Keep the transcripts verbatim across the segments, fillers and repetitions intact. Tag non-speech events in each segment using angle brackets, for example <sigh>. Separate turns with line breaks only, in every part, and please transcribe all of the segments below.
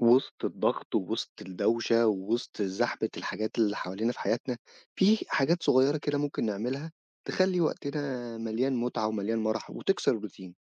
وسط الضغط ووسط الدوشة ووسط زحمة الحاجات اللي حوالينا في حياتنا، في حاجات صغيرة كده ممكن نعملها تخلّي وقتنا مليان متعة ومليان مرح وتكسر الروتين.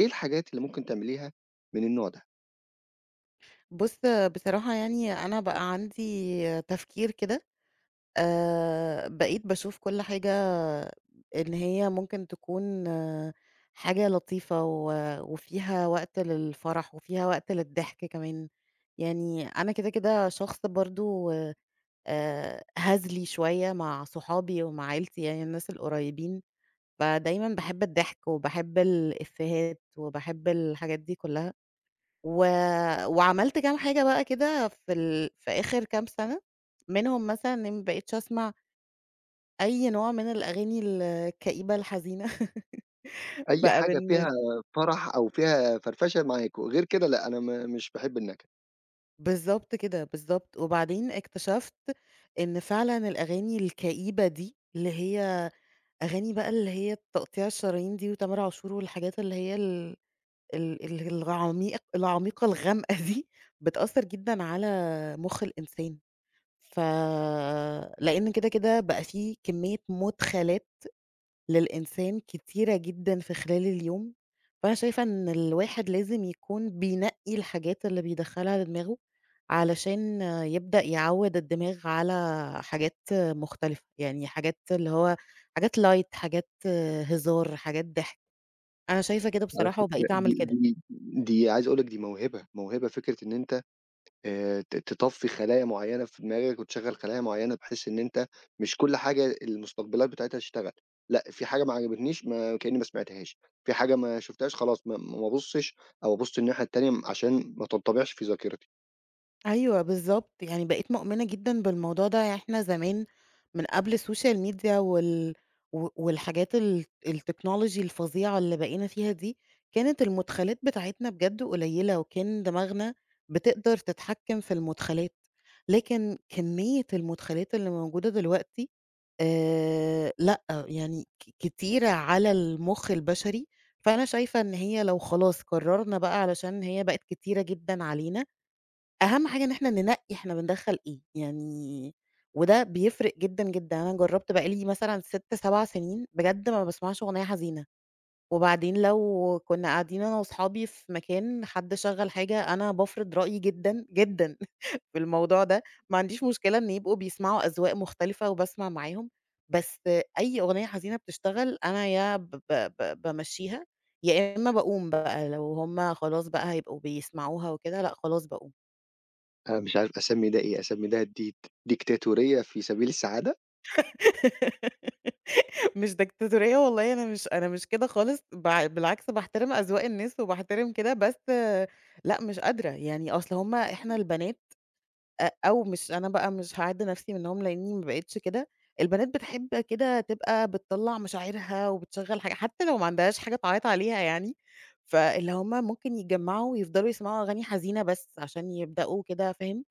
إيه الحاجات اللي ممكن تعمليها من النوع ده؟
بُص، بصراحة يعني أنا بقى عندي تفكير كده. آآ بقيت باشوف كل حاجة إن هي ممكن تكون آه، حاجة لطيفة و وفيها وقت للفرح وفيها وقت للضحك كمان. يعني أنا كده، كده شخص برضه آآ هزلي شوية مع صحابي ومع عيلتي، يعني الناس القريبين، فدايمًا باحب الضحك وباحب الإفيهات وباحب الحاجات دي كلها. و وعملت كام حاجة بقى كده في ال في آخر كام سَنة، منهم مثلًا إني ما بقيتش أسمع أي نوع من الأغاني الكئيبة الحزينة. <laughs>
أي
بقى
حاجة فيها
بالن
فرح أو فيها فرفشة معاك، وغير كده لأ، أنا م مش باحب النكد.
بالضبط كده، بالضبط. وبعدين اكتشفت إن فعلًا الأغاني الكئيبة دي، اللي هي أغاني بقى، اللي هي تقطيع الشرايين دي وتامر عاشور والحاجات اللي هي ال ال ال العميق العميقة الغامقة دي، بتأثّر جدًا على مُخ الإنسان. ف لإن كده، كده بقى في كمية مدخلات للإنسان كتيرة جدًا في خلال اليوم. فأنا شايفة إن الواحد لازم يكون بينقّي الحاجات اللي بيدخّلها لدماغه، علشان يبدأ يعوّد الدماغ على حاجات مختلفة، يعني حاجات اللي هو حاجات light، حاجات هزار، حاجات ضحك. أنا شايفة كده
على
بصراحة
فكرة
وبقيت أعمل
دي
كده.
دي دي عايز أقول لك دي موهبة، موهبة فكرة إن أنت آآ ت تطفّي خلايا معيّنة في دماغك وتشغّل خلايا معيّنة بحيث إن أنت مش كل حاجة المستقبلات بتاعتها تشتغل، لأ في حاجة ما عجبتنيش ما كإنّي ما سمعتهاش، في حاجة ما شُفتهاش خلاص ما ما أبُصّش أو أبُص الناحية التانية م عشان ما تنطبعش في ذاكرتي،
أيوه بالضبط، يعني بقيت مؤمنة جدًا بالموضوع ده. يعني إحنا زمان من قبل السوشيال ميديا وال و والحاجات ال التكنولوجي الفظيعة اللي بقينا فيها دي، كانت المدخلات بتاعتنا بجد قليلة، وكان دماغنا بتقدر تتحكم في المدخلات. لكن كمية المدخلات اللي موجودة دلوقتي آآ لأ، يعني ك كتيرة على المُخ البشري. فأنا شايفة إن هي لو خلاص قررنا بقى، علشان هي بقت كتيرة جدًا علينا، أهم حاجة إن إحنا ننقّي إحنا بندخّل إيه يعني. وده بيفرق جدًا، جدًا. أنا جرّبت بقى لي مثلًا ستة، سبع سنين بجد ما باسمعش أغنية حزينة. وبعدين لو كُنّا قاعدين أنا وأصحابي في مكان حد شغّل حاجة، أنا بافرض رأيي جدًا، جدًا <laughs> في الموضوع ده. ما عنديش مشكلة إن يبقوا بيسمعوا أذواق مختلفة وباسمع معاهم، بس أي أغنية حزينة بتشتغل أنا يا ب ب ب بامشّيها، يا إمّا باقوم بقى لو هُم خلاص بقى هيبقوا بيسمعوها وكده، لأ خلاص باقوم.
أنا مش عارف أسمّي ده إيه، أسمّي ده دي ديكتاتورية في سبيل السعادة،
<laughs> مش ديكتاتورية والله، أنا مش أنا مش كده خالص. بع بالعكس، باحترم أذواق الناس وباحترم كده، بس آه، لأ مش قادرة. يعني أصل هُم إحنا البنات، أ أو مش أنا بقى، مش هاعِد نفسي منهم لإني ما بقيتش كده. البنات بتحب كده تبقى بتطلّع مشاعرها وبتشغّل حاجة حتى لو ما عندهاش حاجة تعيّط عليها يعني، فاللي هُم ممكن يتجمّعوا ويفضلوا يسمعوا أغاني حزينة بس عشان يبدأوا كده، فاهم؟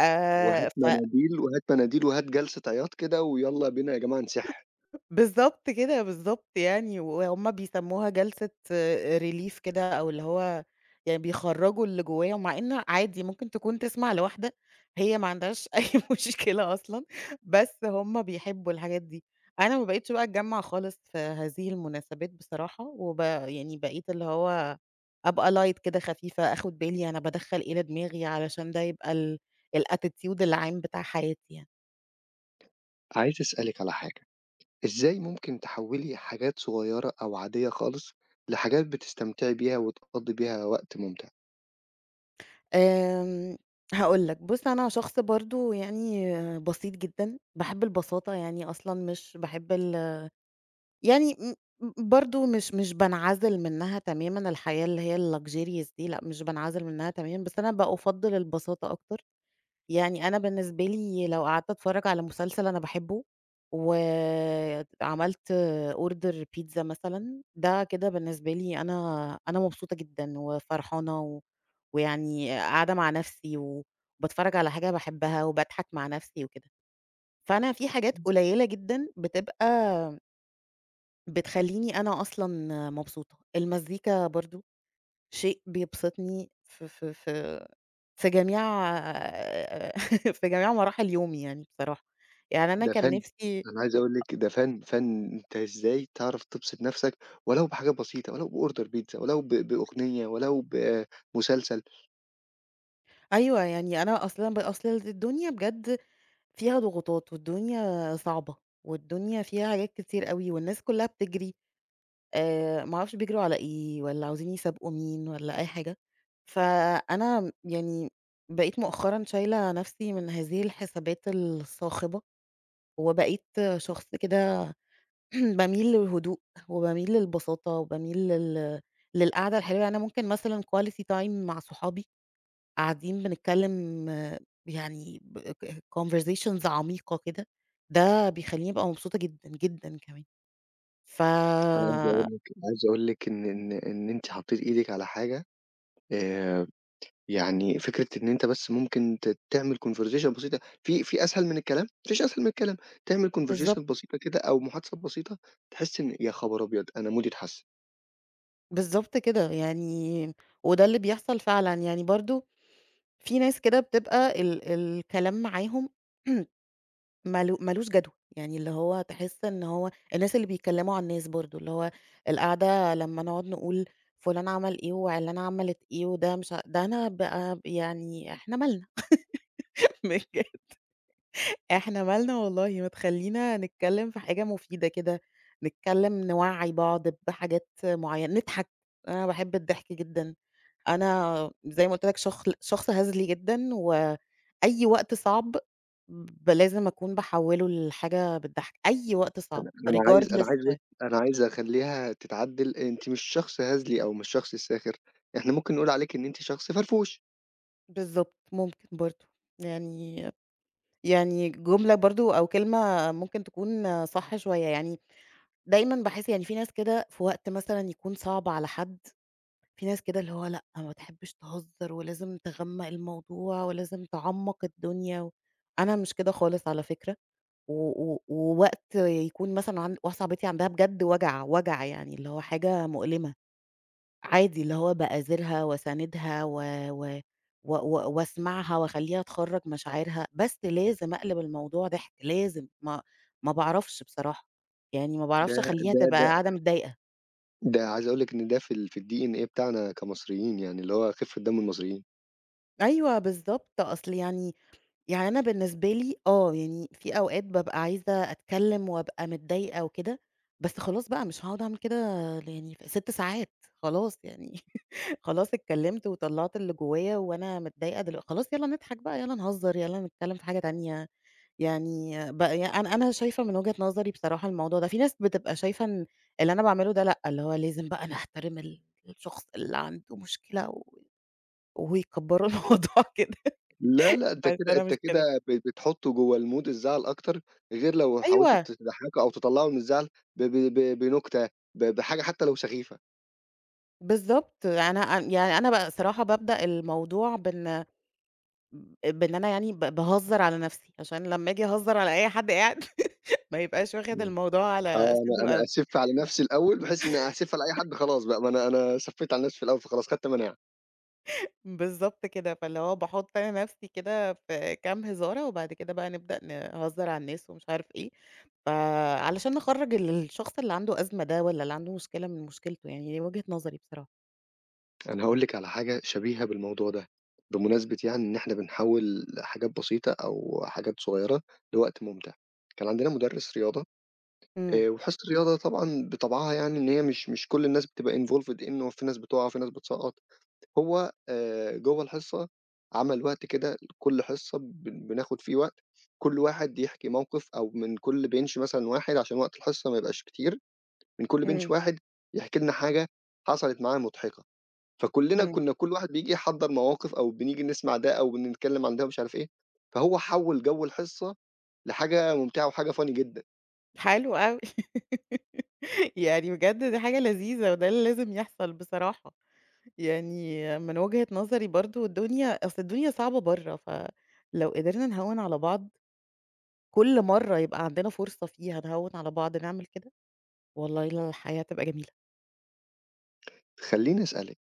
آآ
وهات
ف
مناديل وهات مناديل وهات جلسة عياط كده ويالّا بينا يا جماعة نِسِح.
بالضبط كده، بالضبط يعني. وهُم بيسموها جلسة relief كده، أو اللي هو يعني بيخرّجوا اللي جواهم، مع إن عادي ممكن تكون تسمع لواحدة هي ما عندهاش <laughs> أي مشكلة أصلًا، بس هُم بيحبوا الحاجات دي. أنا ما بقيتش بقى أتجمّع خالص في هذه المناسبات بصراحة. وب يعني بقيت اللي هو أبقى light كده، خفيفة، آخُد بالي أنا بادخّل إيه لدماغي، علشان ده يبقى ال الattitude العام بتاع حياتي يعني.
عايز أسألِك على حاجة. إزاي ممكن تحوّلي حاجات صغيّرة أو عادية خالص، لحاجات بتستمتعي بيها وتقضّي بيها وقت ممتع؟
آمم، هاقول لك. بُص أنا شخص برضه يعني بسيط جدًا، باحب البساطة. يعني أصلًا مش باحب ال يعني م م برضه مش مش بانعزل منها تمامًا. الحياة اللي هي الluxurious دي لأ، مش بانعزل منها تمامًا، بس أنا بأُفضّل البساطة أكتر. يعني أنا بالنسبة لي لو قعدت أتفرّج على مسلسل أنا باحبه وعملت order بيتزا مثلًا، ده كده بالنسبة لي، أنا أنا مبسوطة جدًا وفرحانة و ويعني قاعدة مع نفسي و وباتفرّج على حاجة باحبها وباضحك مع نفسي وكده. فأنا في حاجات قليّلة جدًا بتبقى بتخلّيني أنا أصلًا مبسوطة. المزيكا برضه شيء بيبسطني في في في في جميع <laughs> في جميع مراحل يومي يعني بصراحة. يعني أنا
ده
كان
فَن،
نِفْسي.
أنا عايز أقول لِك ده فَن، فَن أنت إزاي تعرف تبسط نَفْسك ولو بحاجة بسيطة، ولو بorder بيتزا، ولو ب بأغنية، ولو بمسلسل.
أيوه. يعني أنا أصلًا ب أصل الدنيا بجد فيها ضغوطات، والدنيا صعبة، والدنيا فيها حاجات كتير أوي، والناس كُلّها بتجري. آآ ما أعرفش بيجروا على إيه والّا عاوزين يسابقوا مين والّا أي حاجة. فأنا يعني بقيت مؤخرًا شايلة نفسي من هذه الحسابات الصاخبة. وبقيت شخص كده <clears throat> باميل للهدوء وباميل للبساطة وباميل لل للقعدة الحلوة. يعني أنا ممكن مثلًا quality time مع صحابي قاعدين بنتكلم آه، يعني ب ك conversations عميقة كده، ده بيخلّيني أبقى مبسوطة جدًا، جدًا كمان. ف
أنا عايز أقول لِك عايز أقول لِك إن إن إن أنتِ حطّيتِ إيدِك على حاجة آآ يعني فكرة إن أنت بس ممكن ت تعمل كونفرسيشن بسيطة، في في أسهل من الكلام؟ ما فيش أسهل من الكلام، تعمل conversation
بالضبط.
بسيطة كده أو محادثة بسيطة، تحس إن يا خبر أبيض! أنا مودي اتحسن،
بالضبط كده يعني. وده اللي بيحصل فعلًا، يعني برضه في ناس كده بتبقى ال الكلام معاهم <clears throat> ما له ما لوش جدوى. يعني اللي هو تحس إن هو الناس اللي بيتكلموا عن الناس برضه، اللي هو القعدة لمّا نقعد نقول فلان عمل إيه وعلانة عملت إيه وده مش ع ده. أنا بقى يعني إحنا مالنا <laughs> بجد إحنا مالنا والله! ما تخلّينا نتكلم في حاجة مفيدة كده، نتكلم نوعّي بعض بحاجات معينة، نضحك. أنا باحب الضحك جدًا. أنا زي ما قُلت لك شخل شخص هزلي جدًا، وأي وقت صعب ب لازم أكون باحوّله لحاجة بتضحّك، أي وقت صعب
أنا أنا عايز أنا عايز
regardless.
أنا عايز أخلّيها تتعدّل، أنتِ مش شخص هزلي أو مش شخص ساخر، إحنا ممكن نقول عليكِ إن أنتِ شخص فرفوش،
بالضبط، ممكن برضه. يعني، يعني جملة برضه أو كلمة ممكن تكون صح شوية. يعني دايمًا باحس يعني في ناس كده، في وقت مثلًا يكون صعب على حد، في ناس كده اللي هو لأ، ما تحبّش تهزّر ولازم تغمّق الموضوع ولازم تعمّق الدنيا، و أنا مش كده خالص على فكرة. و و ووقت يكون مثلًا عند واحدة صاحبتي عندها بجد وجع، وجع يعني اللي هو حاجة مؤلمة، عادي اللي هو باآذيرها واساندها و و و و واسمعها واخلّيها تخرّج مشاعرها. بس لازم أقلب الموضوع ضحك، لازم، ما ما باعرفش بصراحة. يعني ما
ده
باعرفش أخلّيها
ده
تبقى
ده
قاعدة متضايقة.
ده عايز أقول لِك إن ده في ال في الDNA بتاعنا كمصريين يعني، اللي هو خفة دم المصريين.
أيوه بالضبط، أصل يعني، يعني أنا بالنسبة لي آه، يعني في أوقات بابقى عايزة أتكلّم وأبقى متضايقة وكده، بس خلاص بقى مش هاقعد أعمل كده. يعني ف ست ساعات خلاص يعني <laughs> خلاص اتكلّمت وطلّعت اللي جوايا وأنا متضايقة. دلو خلاص، يالّا نضحك بقى، يالّا نهزّر، يالّا نتكلّم في حاجة تانية. يعني ب ي أنا أنا شايفة من وجهة نظري بصراحة الموضوع ده، في ناس بتبقى شايفة إن اللي أنا باعمله ده لأ، اللي هو لازم بقى أنا أحترم ال الشخص اللي عنده مشكلة، و ويكبّروا <laughs> الموضوع كده،
لا، لأ، أنت
بس
كده
أنا
أنت
مش كده.
كده ب بتحُطّه جوّه المود الزعل أكتر، غير لو حاولت
أيوه.
ت تضحّكه أو تطلّعه من الزعل ب ب ب بنُكتة، ب بحاجة حتى لو سخيفة.
بالضبط، أنا أ يعني أنا ب صراحة بابدأ الموضوع بإن بإن أنا يعني ب باهزّر على نَفْسي، عشان لمّا آجي أهزّر على أي حد قاعد <laughs> ما يبقاش واخد
إمم.
الموضوع
آه،
على
أنا
صدره
أنا
أوي.
أسِف على نَفْسي الأول بحيث إن أسِف على أي حد خلاص بقى، ما أنا أنا سَفّيت على نَفْسي في الأول فخلاص خدت مناعة.
بالضبط كده، فاللي هو باحُط أنا نَفْسي كده في كام هزارة، وبعد كده بقى نبدأ نهزّر على الناس ومش عارف إيه، فعلشان نخرّج ال الشخص اللي عنده أزمة ده والّا اللي عنده مشكلة من مشكلته. يعني دي وجهة نظري بصراحة.
أنا هاقول لِك على حاجة شبيهة بالموضوع ده، بمناسبة يعني إن إحنا بنحوّل حاجات بسيطة أو حاجات صغيّرة لوقت مُمتع. كان عندنا مُدرِّس رياضة،
إمم،
آآ وحصة الرياضة طبعًا بطبعها يعني إن هي مش مش كل الناس بتبقى إنفولفد إنه في ناس بتقع، في ناس بتسقّط، هو آآ جوّه الحصة عمل وقت كده لكل حصة بن بناخد فيه وقت، كل واحد يحكي موقف أو من كل بنش مثلًا واحد عشان وقت الحصة ما يبقاش كتير، من كل bench
إمم،
واحد يحكي لنا حاجة حصلت معاه مضحكة، فكلنا
إمم.
كنا كل واحد بييجي يحضّر مواقف أو بنيجي نسمع ده أو بنتكلّم عن ده ومش عارف إيه، فهو حوّل جو الحصة لحاجة ممتعة وحاجة فاني جدًا.
حلو أوي. <laughs> يعني بجد دي حاجة لذيذة وده اللي لازم يحصل بصراحة. يعني من وجهة نظري برضه الدنيا، أصل الدنيا صعبة برّه، فلو قدرنا نهوِّن على بعض كل مرّة يبقى عندنا فرصة فيها نهوِّن على بعض نعمل كده، والله ل الحياة هتبقى جميلة.
خلّيني أسألِك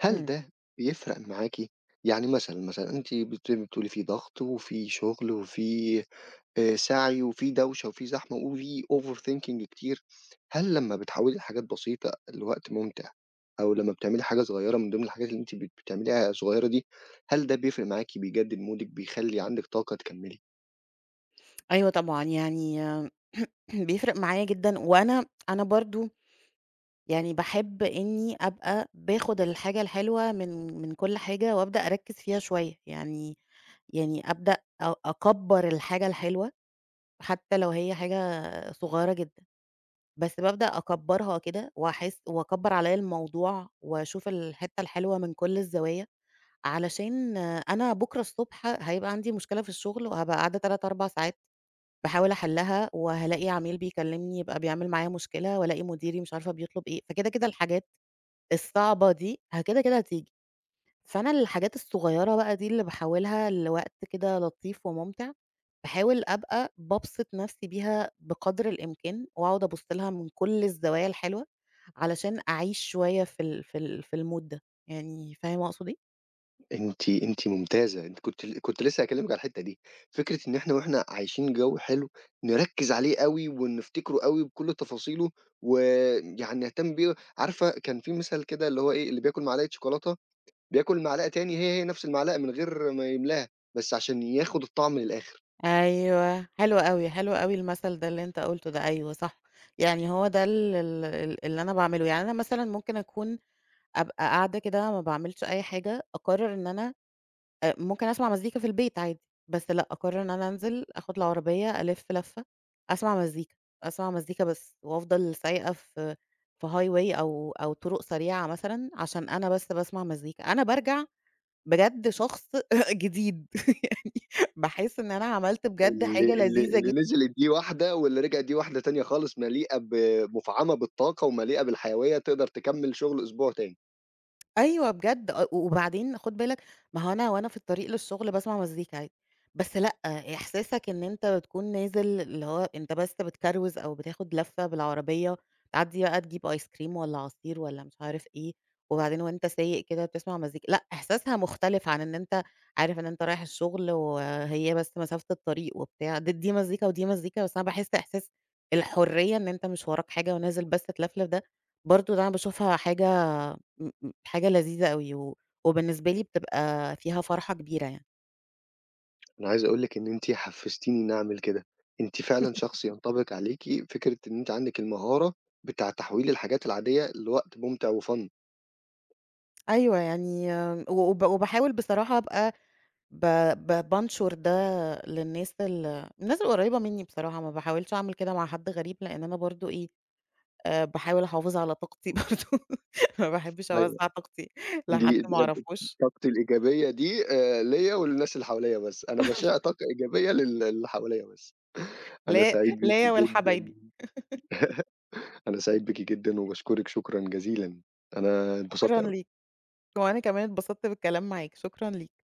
هل
إمم.
ده بيفرق معاكِ؟ يعني مثلًا، مثلًا أنتِ بت بتقولي في ضغط وفي شغل وفي آآ، سعي وفي دوشة وفي زحمة وفي أوفر ثينكينج كتير، هل لمّا بتحوّلي لحاجات بسيطة الوقت ممتع أو لمّا بتعملي حاجة صغيّرة من ضمن الحاجات اللي أنتِ بت بتعمليها صغيّرة دي، هل ده بيفرق معاكِ، بيجدد مودِك، بيخلّي عندِك طاقة تكمّلي؟
أيوه طبعًا. يعني <clears throat> بيفرق معايا جدًا وأنا أنا برضه يعني باحب إنّي أبقى باخد الحاجة الحلوة من من كل حاجة وأبدأ أركّز فيها شوية. يعني، يعني أبدأ أ أكبّر الحاجة الحلوة حتى لو هي حاجة صغيّرة جدًا. بس بابدأ أكبّرها كده، وأحس وأكبّر عليّا الموضوع، وأشوف الحتّة الحلوة من كل الزوايا. علشان أنا بُكرة الصبح هيبقى عندي مشكلة في الشغل، وهابقى قاعدة ثلاثة، أربعة ساعات باحاول أحلّها، وهالاقي عميل بيكلّمني يبقى بيعمل معايا مشكلة، وألاقي مديري مش عارفة بيطلب إيه. فكده، كده الحاجات الصعبة دي ه كده، كده هتيجي. فأنا الحاجات الصغيرة بقى دي اللي باحولها لوقت كده لطيف وممتع. باحاول أبقى بابسط نفسي بيها بقدر الإمكان، وأقعد أبُص لها من كل الزوايا الحلوة، علشان أعيش شوية في ال في ال في الmood ده. يعني فاهم أقصد إيه؟
أنتِ أنتِ ممتازة، أنتِ كنت ل كنت لسه هاكلمِك على الحتّة دي، فكرة إن إحنا وإحنا عايشين جو حلو نركّز عليه أوي ونفتكره أوي بكل تفاصيله، ويعني نهتم بيه عارفة كان في مثل كده اللي هو إيه، اللي بياكل معلقة شوكولاتة بياكل معلقة تاني هي، هي نفس المعلقة من غير ما يملاها، بس عشان ياخد الطعم للآخر،
أيوه، حلو أوي، حلو أوي المثل ده اللي أنت قُلته ده، أيوه صح. يعني هو ده ال ال ال اللي أنا باعمله. يعني أنا مثلًا ممكن أكون أبقى قاعدة كده ما باعملش أي حاجة، أقرر إن أنا آآ ممكن أسمع مزيكا في البيت عادي. بس لأ، أقرر إن أنا أنزل آخد العربية ألِف لَفّة، أسمع مزيكا، أسمع مزيكا بس، وأفضل سايقة في في highway أو أو طرق سريعة مثلًا، عشان أنا بس باسمع مزيكا. أنا بارجع بجد شخص <laughs> جديد. <laughs> يعني باحس إن أنا عملت بجد
اللي
حاجة
اللي
لذيذة جد.
اللي نزلت دي واحدة واللي رجعت دي واحدة تانية خالص مليئة ب مُفعمة بالطاقة ومليئة بالحيوية تقدر تكمّل شغل أسبوع تاني.
أيوه بجد أ وبعدين خُد بالك، ما هو أنا وأنا في الطريق للشغل باسمع مزيكا عادي، بس لأ، إحساسك إن أنت بتكون نازل اللي هو أنت بس بتكروز أو بتاخد لفة بالعربية، تعدّي بقى تجيب آيس كريم والّا عصير والّا مش عارف إيه، وبعدين وأنت سايق كده بتسمع مزيكا، لأ إحساسها مختلف عن إن أنت عارف إن أنت رايح الشغل وهي بس مسافة الطريق وبتاع. د دي مزيكا ودي مزيكا، بس أنا باحس إحساس الحرية، إن أنت مش وراك حاجة ونازل بس تلفلف ده. برضه ده أنا باشوفها حاجة م م حاجة لذيذة أوي. و وبالنسبة لي بتبقى فيها فرحة كبيرة يعني.
أنا عايز أقول لِك إن أنتِ حفزتيني إني أعمل كده، أنتِ فعلًا شخص ينطبق عليكِ فكرة إن أنتِ عندِك المهارة بتاع تحويل الحاجات العادية لوقت ممتع وfun
أيوه، يعني آمم، و وب وباحاول بصراحة أبقى ب ب بانشر ده للناس ال الناس القريبة منّي بصراحة. ما باحاولش أعمل كده مع حد غريب، لإن أنا برضه إيه، آآ باحاول أحافظ على طاقتي <laughs> برضه. ما باحبش
أيوه.
أوزّع طاقتي لحد
دي دي
ما أعرفوش،
طاقتي الإيجابية دي، آآ، ليّا وللناس اللي حواليّا بس، أنا باشع طاقة إيجابية لل للي حواليّا بس. أنا
ليّا
سعيد بيكِ
ليّا ولحبايبي.
جدًا، أنا سعيد بيكِ جدًا وباشكرِك شكرًا جزيلًا، أنا اتبسطت
شكرًا ليك،
أوي.
وأنا كمان اتبسطت بالكلام معاك، شكرًا ليك.